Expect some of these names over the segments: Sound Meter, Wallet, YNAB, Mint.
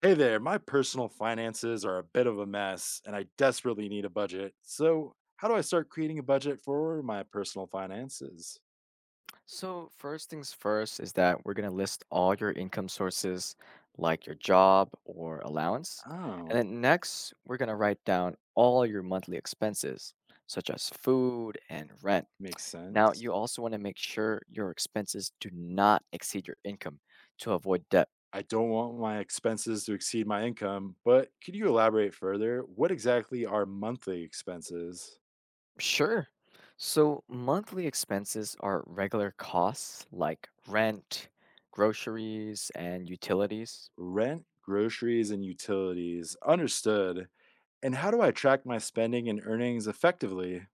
Hey there, my personal finances are a bit of a mess and I desperately need a budget. So, how do I start creating a budget for my personal finances? So, first things first is that we're going to list all your income sources, like your job or allowance. And Oh, then next, we're going to write down all your monthly expenses, such as food and rent. makes Now, sense. you also want to make sure your expenses do not exceed your income to avoid debt. I don't want my expenses to exceed my income, but could you elaborate further? What exactly are monthly expenses? Sure. So, monthly expenses are regular costs like rent, groceries, and utilities. Rent, groceries, and utilities. Understood. And how do I track my spending and earnings effectively?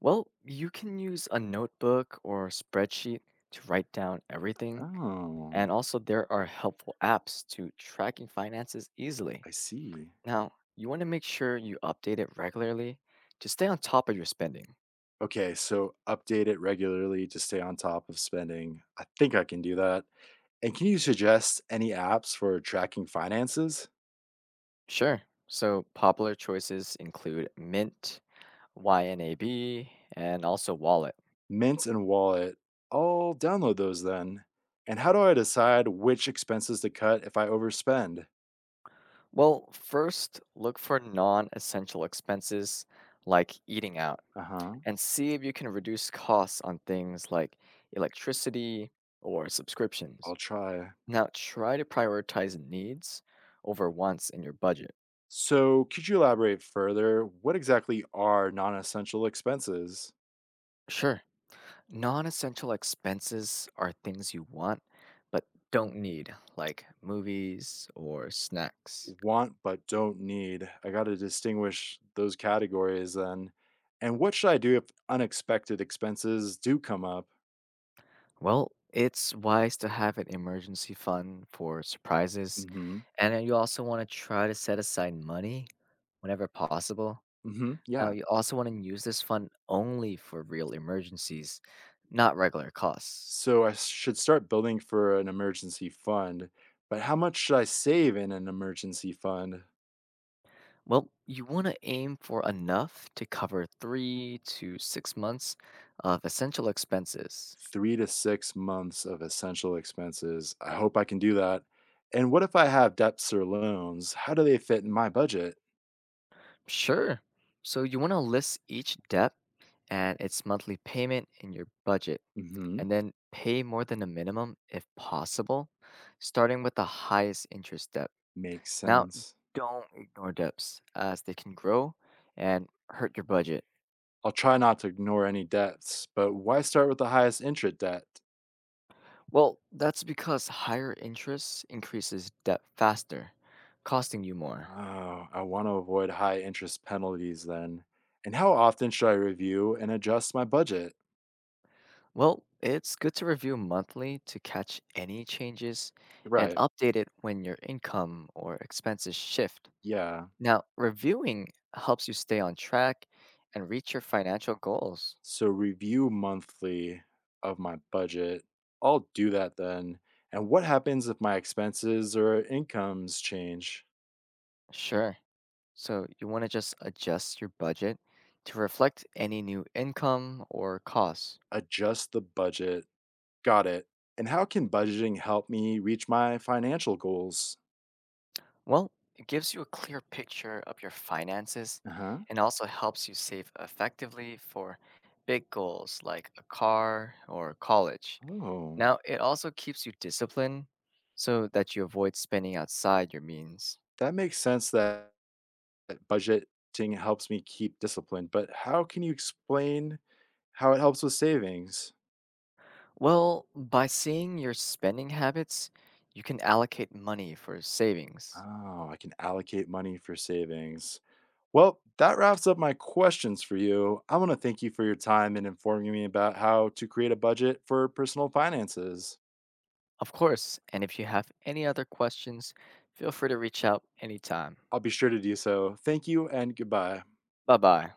Well, you can use a notebook or spreadsheet to write down everything. Oh, And also, there are helpful apps to tracking finances easily. I see. Now, you want to make sure you update it regularly to stay on top of your spending. Okay, so update it regularly to stay on top of spending. I think I can do that. And can you suggest any apps for tracking finances? Sure. So, popular choices include Mint, YNAB, and also Wallet. Mint and Wallet. I'll download those then. And how do I decide which expenses to cut if I overspend? Well, first, look for non essential expenses like eating out Uh huh. and see if you can reduce costs on things like electricity or subscriptions. I'll try. Now, try to prioritize needs over wants in your budget. So, could you elaborate further? What exactly are non essential expenses? Sure, non essential expenses are things you want but don't need, like movies or snacks. Want but don't need. I got to distinguish those categories then. And what should I do if unexpected expenses do come up? Well, it's wise to have an emergency fund for surprises, Mhm. and then you also want to try to set aside money whenever possible. Mhm. Now, Yeah. you also want to use this fund only for real emergencies, not regular costs. So I should start building for an emergency fund. But how much should I save in an emergency fund? Well, you want to aim for enough to cover 3 to 6 months of essential expenses. 3 to 6 months of essential expenses. I hope I can do that. And what if I have debts or loans? How do they fit in my budget? Sure. So, you want to list each debt and its monthly payment in your budget, Mhm. and then pay more than a minimum if possible, starting with the highest interest debt. Makes Now, sense. don't ignore debts as they can grow and hurt your budget. I'll try not to ignore any debts, but why start with the highest interest debt? Well, that's because higher interest increases debt faster, costing you more. Oh, I want to avoid high interest penalties then. And how often should I review and adjust my budget? Well, it's good to review monthly to catch any changes and Right. update it when your income or expenses shift. Yeah. Now, reviewing helps you stay on track and reach your financial goals. So, review monthly of my budget. I'll do that then. And what happens if my expenses or incomes change? Sure. So, you want to just adjust your budget to reflect any new income or costs. Adjust the budget. Got it. And how can budgeting help me reach my financial goals? Well, it gives you a clear picture of your finances Uh huh. and also helps you save effectively for big goals like a car or college. Oh, Now, it also keeps you disciplined so that you avoid spending outside your means. that makes sense that budgeting helps me keep discipline, but how can you explain how it helps with savings? Well, by seeing your spending habits, you can allocate money for savings. Oh, I can allocate money for savings. Well, that wraps up my questions for you. I want to thank you for your time and informing me about how to create a budget for personal finances. Of course, and if you have any other questions, feel free to reach out anytime. I'll be sure to do so. Thank you and goodbye. Bye bye.